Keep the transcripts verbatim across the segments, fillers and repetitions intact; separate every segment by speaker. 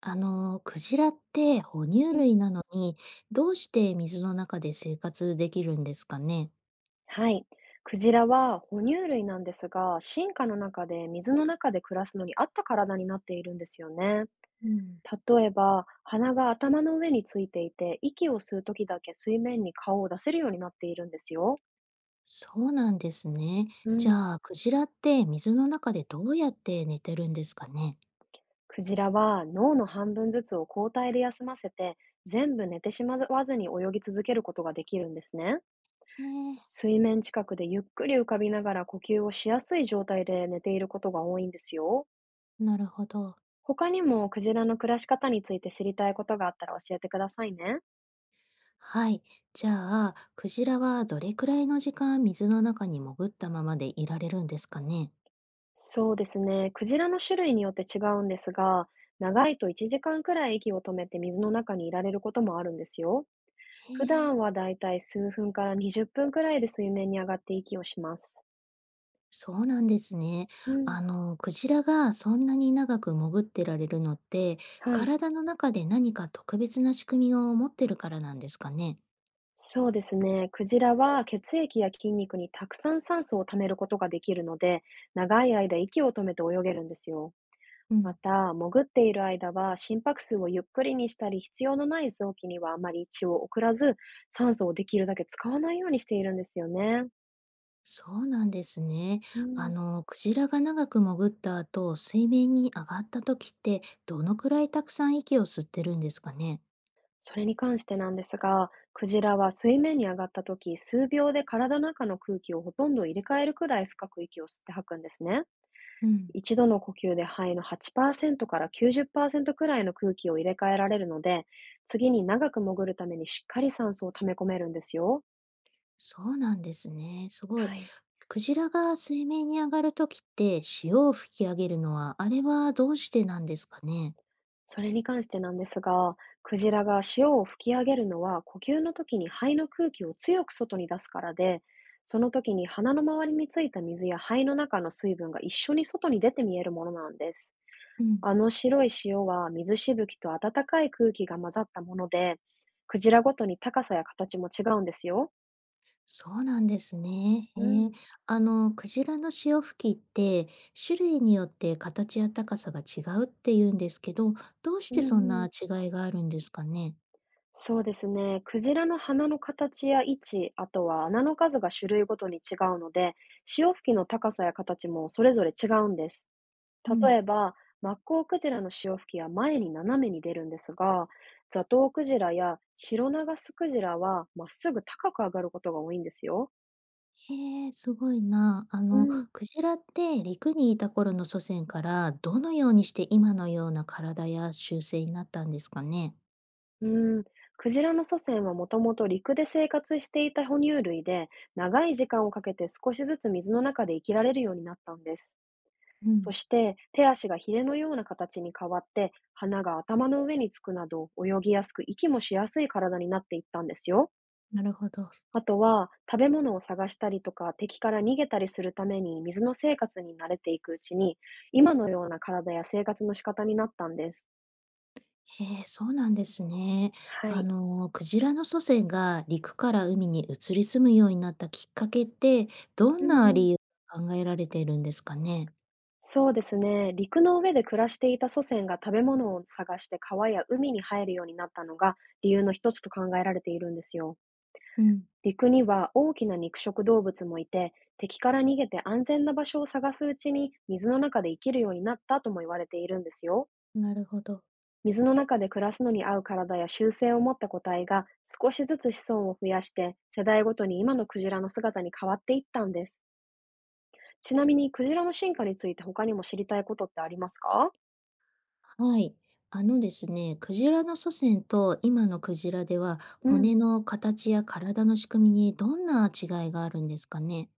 Speaker 1: あの、クジラって哺乳
Speaker 2: うん、
Speaker 1: 類なのに、どうして水の中で生活できるんですかね。
Speaker 2: はい。クジラは哺乳類なんですが、進化の中で水の中で暮らすのに合った体になっているんですよね。
Speaker 1: うん、
Speaker 2: 例えば、鼻が頭の上についていて、息を吸うときだけ水面に顔を出せるようになっているんですよ。
Speaker 1: そうなんですね。
Speaker 2: う
Speaker 1: じ
Speaker 2: ん。
Speaker 1: ゃあ、クジラって水の中でどうやって寝てるんですかね。
Speaker 2: クジラは脳の半分ずつを交代で休ませて、全部寝てしまわずに泳ぎ続けることができるんですね。
Speaker 1: へえ、
Speaker 2: 水面近くでゆっくり浮かびながら呼吸をしやすい状態で寝ていることが多いんですよ。
Speaker 1: なるほど。
Speaker 2: 他にもクジラの暮らし方について知りたいことがあったら教えてくださいね。
Speaker 1: はい。じゃあ、クジラはどれくらいの時間水の中に潜ったままでいられるんですかね。
Speaker 2: そうですね。クジラの種類によって違うんですが、長いといちじかんくらい息を止めて水の中にいられることもあるんですよ。
Speaker 1: へ
Speaker 2: 普
Speaker 1: え。
Speaker 2: 段はだいたい数分からにじゅっぷんくらいで水面に上がって息をします。
Speaker 1: そうなんですね。
Speaker 2: うん。
Speaker 1: あの、クジラがそんなに長く潜ってられるのって、
Speaker 2: はい。
Speaker 1: 体の中で何か特別な仕組みを持ってるからなんですかね。
Speaker 2: そうですね。クジラは血液や筋肉にたくさん酸素を貯めることができるので、長い間息を止めて泳げるんですよ。
Speaker 1: う
Speaker 2: ま
Speaker 1: ん、
Speaker 2: た、潜っている間は心拍数をゆっくりにしたり、必要のない臓器にはあまり血を送らず、酸素をできるだけ使わないようにしているんですよね。
Speaker 1: そうなんですね。
Speaker 2: う
Speaker 1: あ
Speaker 2: ん、
Speaker 1: の、クジラが長く潜った後、水面に上がった時って、どのくらいたくさん息を吸ってるんですかね。
Speaker 2: それに関してなんですが、クジラは水面に上がった時、数秒で体の中の空気をほとんど入れ替えるくらい深く息を吸って吐くんですね。
Speaker 1: うん、
Speaker 2: 一度の呼吸で肺のはちパーセントからきゅうじゅっパーセントくらいの空気を入れ替えられるので、次に長く潜るためにしっかり酸素を溜め込めるんですよ。
Speaker 1: そうなんですね。すごい。
Speaker 2: はい。
Speaker 1: クジラが水面に上がる時って、潮を吹き上げるのは、あれはどうしてなんですかね。
Speaker 2: それに関してなんですが、クジラが潮を吹き上げるのは呼吸の時に肺の空気を強く外に出すからで、その時に鼻の周りについた水や肺の中の水分が一緒に外に出て見えるものなんです。
Speaker 1: うん。
Speaker 2: あの白い潮は水しぶきと暖かい空気が混ざったもので、クジラごとに高さや形も違うんですよ。
Speaker 1: そうなんですね。へ
Speaker 2: う
Speaker 1: え。
Speaker 2: ん。
Speaker 1: あの、クジラの潮吹きって種類によって形や高さが違うって言うんですけど、どうし
Speaker 2: うん
Speaker 1: てそん
Speaker 2: う
Speaker 1: な
Speaker 2: ん。
Speaker 1: 違いがあるんですかね？
Speaker 2: そうですね。クジラの鼻の形や位置、あとは穴の数が種類ごとに違うので、潮吹きの高さや形もそれぞれ違うんです。
Speaker 1: う
Speaker 2: 例
Speaker 1: ん。
Speaker 2: えば、マッコウクジラの潮吹きは前に斜めに出るんですが、ザトウクジラやシロナガスクジラはまっすぐ高く上がることが多いんですよ。
Speaker 1: へえ、すごいな。あ
Speaker 2: う
Speaker 1: の、
Speaker 2: ん。
Speaker 1: クジラって陸にいた頃の祖先からどのようにして今のような体や習性になったんですかね？
Speaker 2: うん。クジラの祖先はもともと陸で生活していた哺乳類で、長い時間をかけて少しずつ水の中で生きられるようになったんです。
Speaker 1: う
Speaker 2: そ
Speaker 1: ん、
Speaker 2: して手足がヒレのような形に変わって花が頭の上につくなど泳ぎやすく息もしやすい体になっていったんですよ。
Speaker 1: なるほど。
Speaker 2: あとは食べ物を探したりとか敵から逃げたりするために水の生活に慣れていくうちに今のような体や生活の仕方になったんです。
Speaker 1: へえ、そうなんですね。
Speaker 2: は
Speaker 1: あ
Speaker 2: い。
Speaker 1: の、クジラの祖先が陸から海に移り住むようになったきっかけって、ど
Speaker 2: う
Speaker 1: んな
Speaker 2: んうん。
Speaker 1: 理由が考えられているんですかね？
Speaker 2: そうですね。陸の上で暮らしていた祖先が食べ物を探して川や海に入るようになったのが理由の一つと考えられているんですよ。
Speaker 1: うん、
Speaker 2: 陸には大きな肉食動物もいて、敵から逃げて安全な場所を探すうちに水の中で生きるようになったとも言われているんですよ。
Speaker 1: なるほど。
Speaker 2: 水の中で暮らすのに合う体や習性を持った個体が少しずつ子孫を増やして世代ごとに今のクジラの姿に変わっていったんです。ちなみにクジラの進化について他にも知りたいことってありますか？
Speaker 1: はい。あのですね、クジラの祖先と今のクジラでは、
Speaker 2: うん。
Speaker 1: 骨の形や体の仕組みにどんな違いがあるんですかね？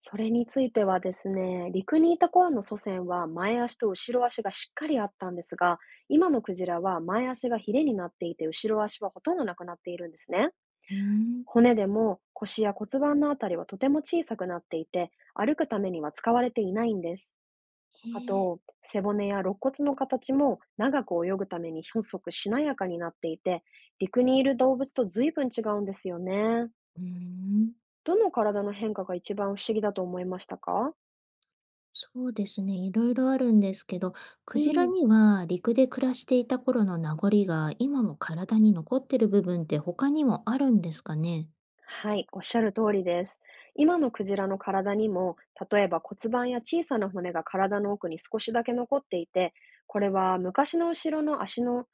Speaker 2: それについてはですね、陸にいた頃の祖先は前足と後ろ足がしっかりあったんですが、今のクジラは前足がヒレになっていて、後ろ足はほとんどなくなっているんですね。
Speaker 1: うーん。
Speaker 2: 骨でも腰や骨盤のあたりはとても小さくなっていて、歩くためには使われていないんです。
Speaker 1: へ
Speaker 2: あ
Speaker 1: え。
Speaker 2: と、背骨や肋骨の形も長く泳ぐために細くしなやかになっていて、陸にいる動物と随分違うんですよね。
Speaker 1: うーん、
Speaker 2: どの体の変化が一番不思議だと思いましたか？
Speaker 1: そうですね、いろいろあるんですけど、
Speaker 2: う
Speaker 1: クジラ
Speaker 2: ん。
Speaker 1: には陸で暮らしていた頃の名残が今も体に残ってる部分って他にもあるんですかね？
Speaker 2: はい、おっしゃる通りです。今のクジラの体にも、例えば骨盤や小さな骨が体の奥に少しだけ残っていて、これは昔の後ろの足の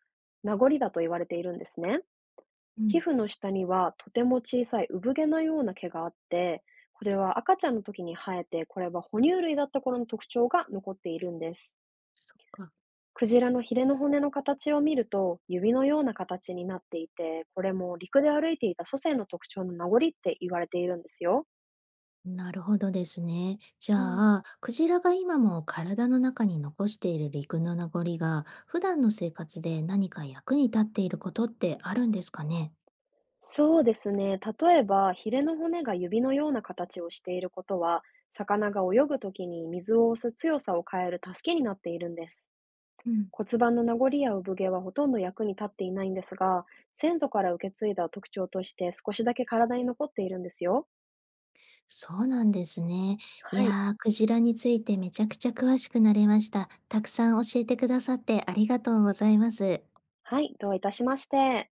Speaker 2: 名残だと言われているんですね。
Speaker 1: う
Speaker 2: 皮
Speaker 1: ん。
Speaker 2: 膚の下にはとても小さい産毛のような毛があって、これは赤ちゃんの時に生えて、これは哺乳類だった頃の特徴が残っているんです。
Speaker 1: そっか、
Speaker 2: クジラのヒレの骨の形を見ると、指のような形になっていて、これも陸で歩いていた祖先の特徴の名残って言われているんですよ。
Speaker 1: なるほどですね。じゃ
Speaker 2: うん、
Speaker 1: あ、クジラが今も体の中に残している陸の名残が、普段の生活で何か役に立っていることってあるんですかね？
Speaker 2: そうですね。例えば、ヒレの骨が指のような形をしていることは、魚が泳ぐときに水を押す強さを変える助けになっているんです。骨盤の名残や産毛はほとんど役に立っていないんですが、先祖から受け継いだ特徴として少しだけ体に残っているんですよ。
Speaker 1: そうなんですね。い
Speaker 2: はい。
Speaker 1: やー、クジラについてめちゃくちゃ詳しくなれました。たくさん教えてくださってありがとうございます。
Speaker 2: はい。どういたしまして。